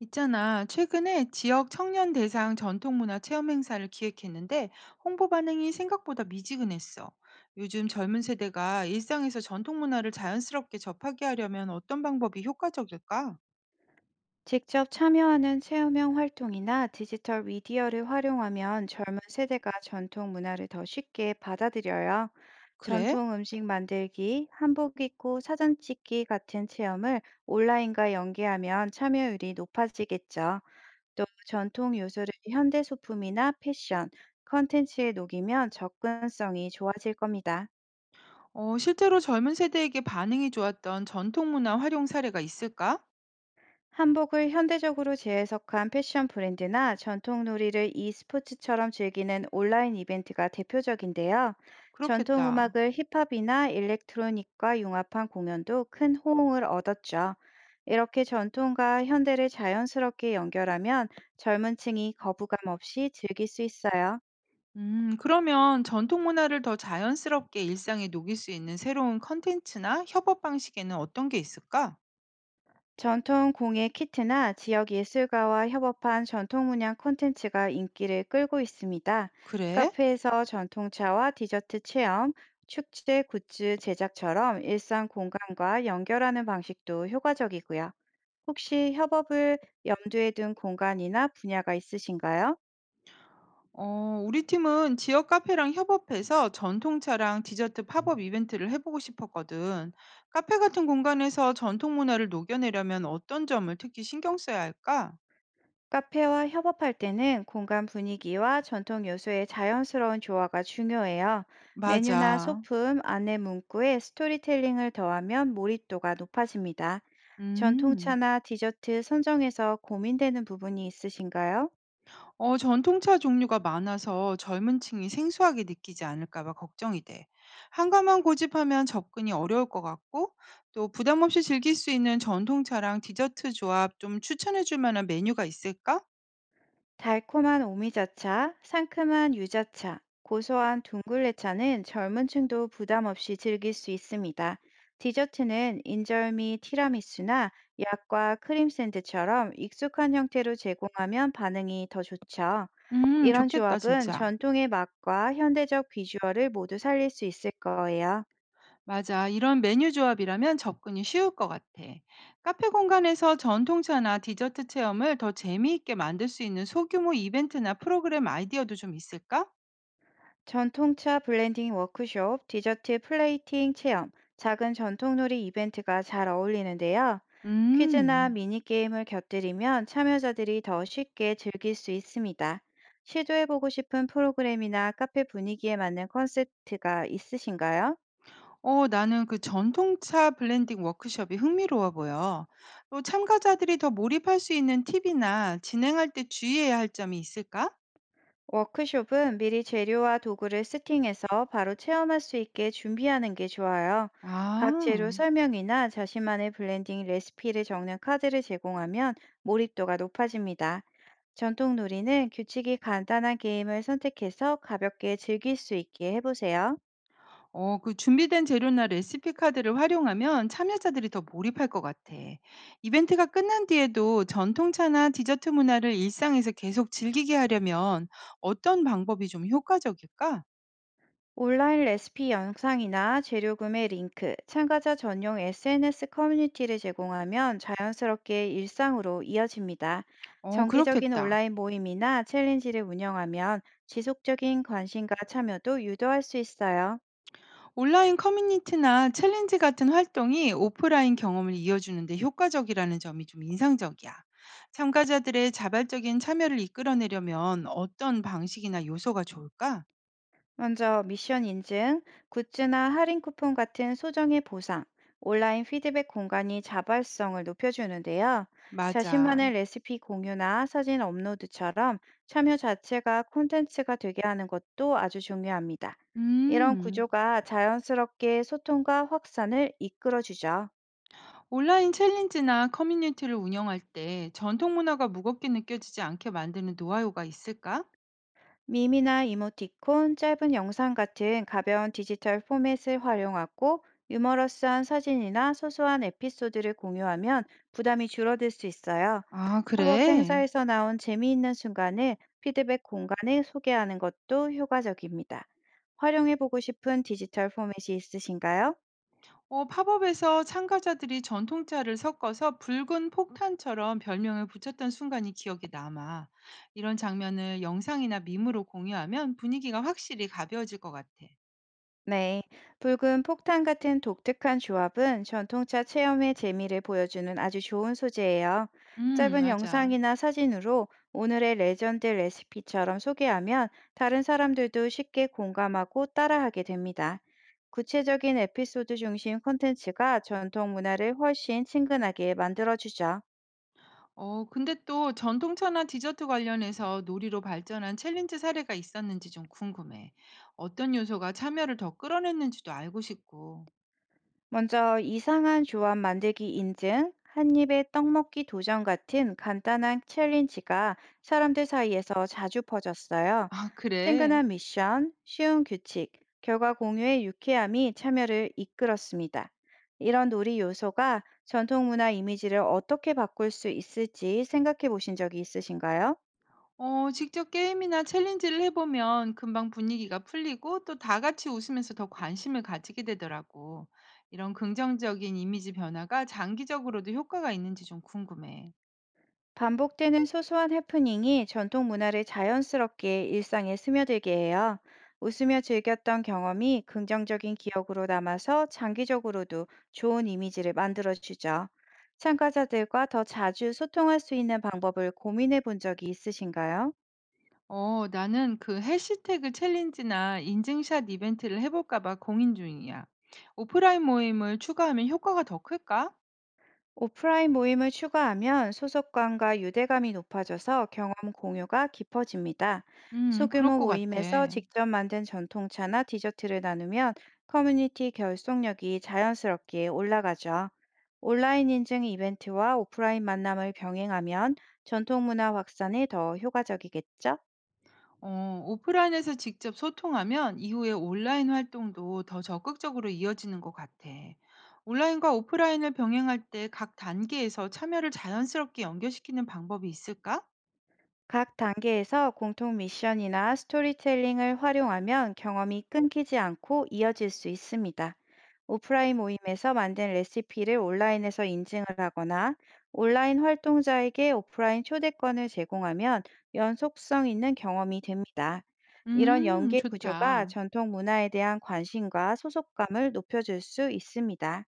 있잖아. 최근에 지역 청년 대상 전통문화 체험 행사를 기획했는데 홍보 반응이 생각보다 미지근했어. 요즘 젊은 세대가 일상에서 전통문화를 자연스럽게 접하게 하려면 어떤 방법이 효과적일까? 직접 참여하는 체험형 활동이나 디지털 미디어를 활용하면 젊은 세대가 전통 문화를 더 쉽게 받아들여요. 그래? 전통 음식 만들기, 한복 입고 사진 찍기 같은 체험을 온라인과 연계하면 참여율이 높아지겠죠. 또 전통 요소를 현대 소품이나 패션, 컨텐츠에 녹이면 접근성이 좋아질 겁니다. 실제로 젊은 세대에게 반응이 좋았던 전통문화 활용 사례가 있을까? 한복을 현대적으로 재해석한 패션 브랜드나 전통 놀이를 e스포츠처럼 즐기는 온라인 이벤트가 대표적인데요. 전통 그렇겠다. 음악을 힙합이나 일렉트로닉과 융합한 공연도 큰 호응을 얻었죠. 이렇게 전통과 현대를 자연스럽게 연결하면 젊은 층이 거부감 없이 즐길 수 있어요. 그러면 전통문화를 더 자연스럽게 일상에 녹일 수 있는 새로운 컨텐츠나 협업 방식에는 어떤 게 있을까? 전통 공예 키트나 지역 예술가와 협업한 전통 문양 콘텐츠가 인기를 끌고 있습니다. 그래? 카페에서 전통차와 디저트 체험, 축제 굿즈 제작처럼 일상 공간과 연결하는 방식도 효과적이고요. 혹시 협업을 염두에 둔 공간이나 분야가 있으신가요? 우리 팀은 지역 카페랑 협업해서 전통차랑 디저트 팝업 이벤트를 해보고 싶었거든. 카페 같은 공간에서 전통 문화를 녹여내려면 어떤 점을 특히 신경 써야 할까? 카페와 협업할 때는 공간 분위기와 전통 요소의 자연스러운 조화가 중요해요. 메뉴나 맞아. 소품, 안내 문구에 스토리텔링을 더하면 몰입도가 높아집니다. 음. 전통차나 디저트 선정에서 고민되는 부분이 있으신가요? 전통차 종류가 많아서 젊은 층이 생소하게 느끼지 않을까 봐 걱정이 돼. 한 가만 고집하면 접근이 어려울 것 같고, 또 부담 없이 즐길 수 있는 전통차랑 디저트 조합 좀 추천해 줄 만한 메뉴가 있을까? 달콤한 오미자차, 상큼한 유자차, 고소한 둥글레차는 젊은 층도 부담 없이 즐길 수 있습니다. 디저트는 인절미, 티라미수나 약과 크림 샌드처럼 익숙한 형태로 제공하면 반응이 더 좋죠. 이런 좋겠다, 조합은 진짜. 전통의 맛과 현대적 비주얼을 모두 살릴 수 있을 거예요. 맞아. 이런 메뉴 조합이라면 접근이 쉬울 것 같아. 카페 공간에서 전통차나 디저트 체험을 더 재미있게 만들 수 있는 소규모 이벤트나 프로그램 아이디어도 좀 있을까? 전통차 블렌딩 워크숍, 디저트 플레이팅 체험, 작은 전통놀이 이벤트가 잘 어울리는데요. 퀴즈나 음. 미니게임을 곁들이면 참여자들이 더 쉽게 즐길 수 있습니다. 시도해보고 싶은 프로그램이나 카페 분위기에 맞는 콘셉트가 있으신가요? 나는 그 전통차 블렌딩 워크숍이 흥미로워 보여. 또 참가자들이 더 몰입할 수 있는 팁이나 진행할 때 주의해야 할 점이 있을까? 워크숍은 미리 재료와 도구를 세팅해서 바로 체험할 수 있게 준비하는 게 좋아요. 각 재료 아. 설명이나 자신만의 블렌딩 레시피를 적는 카드를 제공하면 몰입도가 높아집니다. 전통 놀이는 규칙이 간단한 게임을 선택해서 가볍게 즐길 수 있게 해보세요. 그 준비된 재료나 레시피 카드를 활용하면 참여자들이 더 몰입할 것 같아. 이벤트가 끝난 뒤에도 전통차나 디저트 문화를 일상에서 계속 즐기게 하려면 어떤 방법이 좀 효과적일까? 온라인 레시피 영상이나 재료 구매 링크, 참가자 전용 SNS 커뮤니티를 제공하면 자연스럽게 일상으로 이어집니다. 정기적인 그렇겠다. 온라인 모임이나 챌린지를 운영하면 지속적인 관심과 참여도 유도할 수 있어요. 온라인 커뮤니티나 챌린지 같은 활동이 오프라인 경험을 이어주는데 효과적이라는 점이 좀 인상적이야. 참가자들의 자발적인 참여를 이끌어내려면 어떤 방식이나 요소가 좋을까? 먼저 미션 인증, 굿즈나 할인 쿠폰 같은 소정의 보상, 온라인 피드백 공간이 자발성을 높여주는데요. 맞아. 자신만의 레시피 공유나 사진 업로드처럼 참여 자체가 콘텐츠가 되게 하는 것도 아주 중요합니다. 이런 음. 구조가 자연스럽게 소통과 확산을 이끌어주죠. 온라인 챌린지나 커뮤니티를 운영할 때 전통 문화가 무겁게 느껴지지 않게 만드는 노하우가 있을까? 밈이나 이모티콘, 짧은 영상 같은 가벼운 디지털 포맷을 활용하고 유머러스한 사진이나 소소한 에피소드를 공유하면 부담이 줄어들 수 있어요. 아, 팝업 그래. 행사에서 나온 재미있는 순간을 피드백 공간에 소개하는 것도 효과적입니다. 활용해보고 싶은 디지털 포맷이 있으신가요? 팝업에서 참가자들이 전통차를 섞어서 붉은 폭탄처럼 별명을 붙였던 순간이 기억에 남아. 이런 장면을 영상이나 밈으로 공유하면 분위기가 확실히 가벼워질 것 같아. 네, 붉은 폭탄 같은 독특한 조합은 전통차 체험의 재미를 보여주는 아주 좋은 소재예요. 짧은 맞아. 영상이나 사진으로 오늘의 레전드 레시피처럼 소개하면 다른 사람들도 쉽게 공감하고 따라하게 됩니다. 구체적인 에피소드 중심 콘텐츠가 전통 문화를 훨씬 친근하게 만들어주죠. 근데 또 전통차나 디저트 관련해서 놀이로 발전한 챌린지 사례가 있었는지 좀 궁금해. 어떤 요소가 참여를 더 끌어냈는지도 알고 싶고. 먼저 이상한 조합 만들기 인증, 한 입에 떡 먹기 도전 같은 간단한 챌린지가 사람들 사이에서 자주 퍼졌어요. 아, 그래? 친근한 미션, 쉬운 규칙, 결과 공유의 유쾌함이 참여를 이끌었습니다. 이런 놀이 요소가 전통 문화 이미지를 어떻게 바꿀 수 있을지 생각해 보신 적이 있으신가요? 직접 게임이나 챌린지를 해보면 금방 분위기가 풀리고 또 다 같이 웃으면서 더 관심을 가지게 되더라고. 이런 긍정적인 이미지 변화가 장기적으로도 효과가 있는지 좀 궁금해. 반복되는 소소한 해프닝이 전통 문화를 자연스럽게 일상에 스며들게 해요. 웃으며 즐겼던 경험이 긍정적인 기억으로 남아서 장기적으로도 좋은 이미지를 만들어주죠. 참가자들과 더 자주 소통할 수 있는 방법을 고민해 본 적이 있으신가요? 나는 그 해시태그 챌린지나 인증샷 이벤트를 해볼까 봐 고민 중이야. 오프라인 모임을 추가하면 효과가 더 클까? 오프라인 모임을 추가하면 소속감과 유대감이 높아져서 경험 공유가 깊어집니다. 그럴 소규모 것 같아. 모임에서 직접 만든 전통차나 디저트를 나누면 커뮤니티 결속력이 자연스럽게 올라가죠. 온라인 인증 이벤트와 오프라인 만남을 병행하면 전통 문화 확산에 더 효과적이겠죠? 오프라인에서 직접 소통하면 이후에 온라인 활동도 더 적극적으로 이어지는 것 같아. 온라인과 오프라인을 병행할 때 각 단계에서 참여를 자연스럽게 연결시키는 방법이 있을까? 각 단계에서 공통 미션이나 스토리텔링을 활용하면 경험이 끊기지 않고 이어질 수 있습니다. 오프라인 모임에서 만든 레시피를 온라인에서 인증을 하거나 온라인 활동자에게 오프라인 초대권을 제공하면 연속성 있는 경험이 됩니다. 이런 연계 구조가 좋다. 전통 문화에 대한 관심과 소속감을 높여줄 수 있습니다.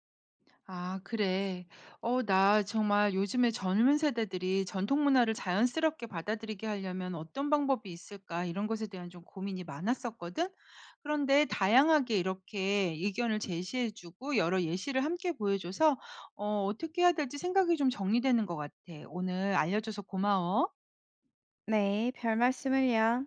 아, 그래. 어, 나 정말 요즘에 젊은 세대들이 전통 문화를 자연스럽게 받아들이게 하려면 어떤 방법이 있을까? 이런 것에 대한 좀 고민이 많았었거든. 그런데 다양하게 이렇게 의견을 제시해주고 여러 예시를 함께 보여줘서 어떻게 해야 될지 생각이 좀 정리되는 것 같아. 오늘 알려줘서 고마워. 네, 별 말씀을요.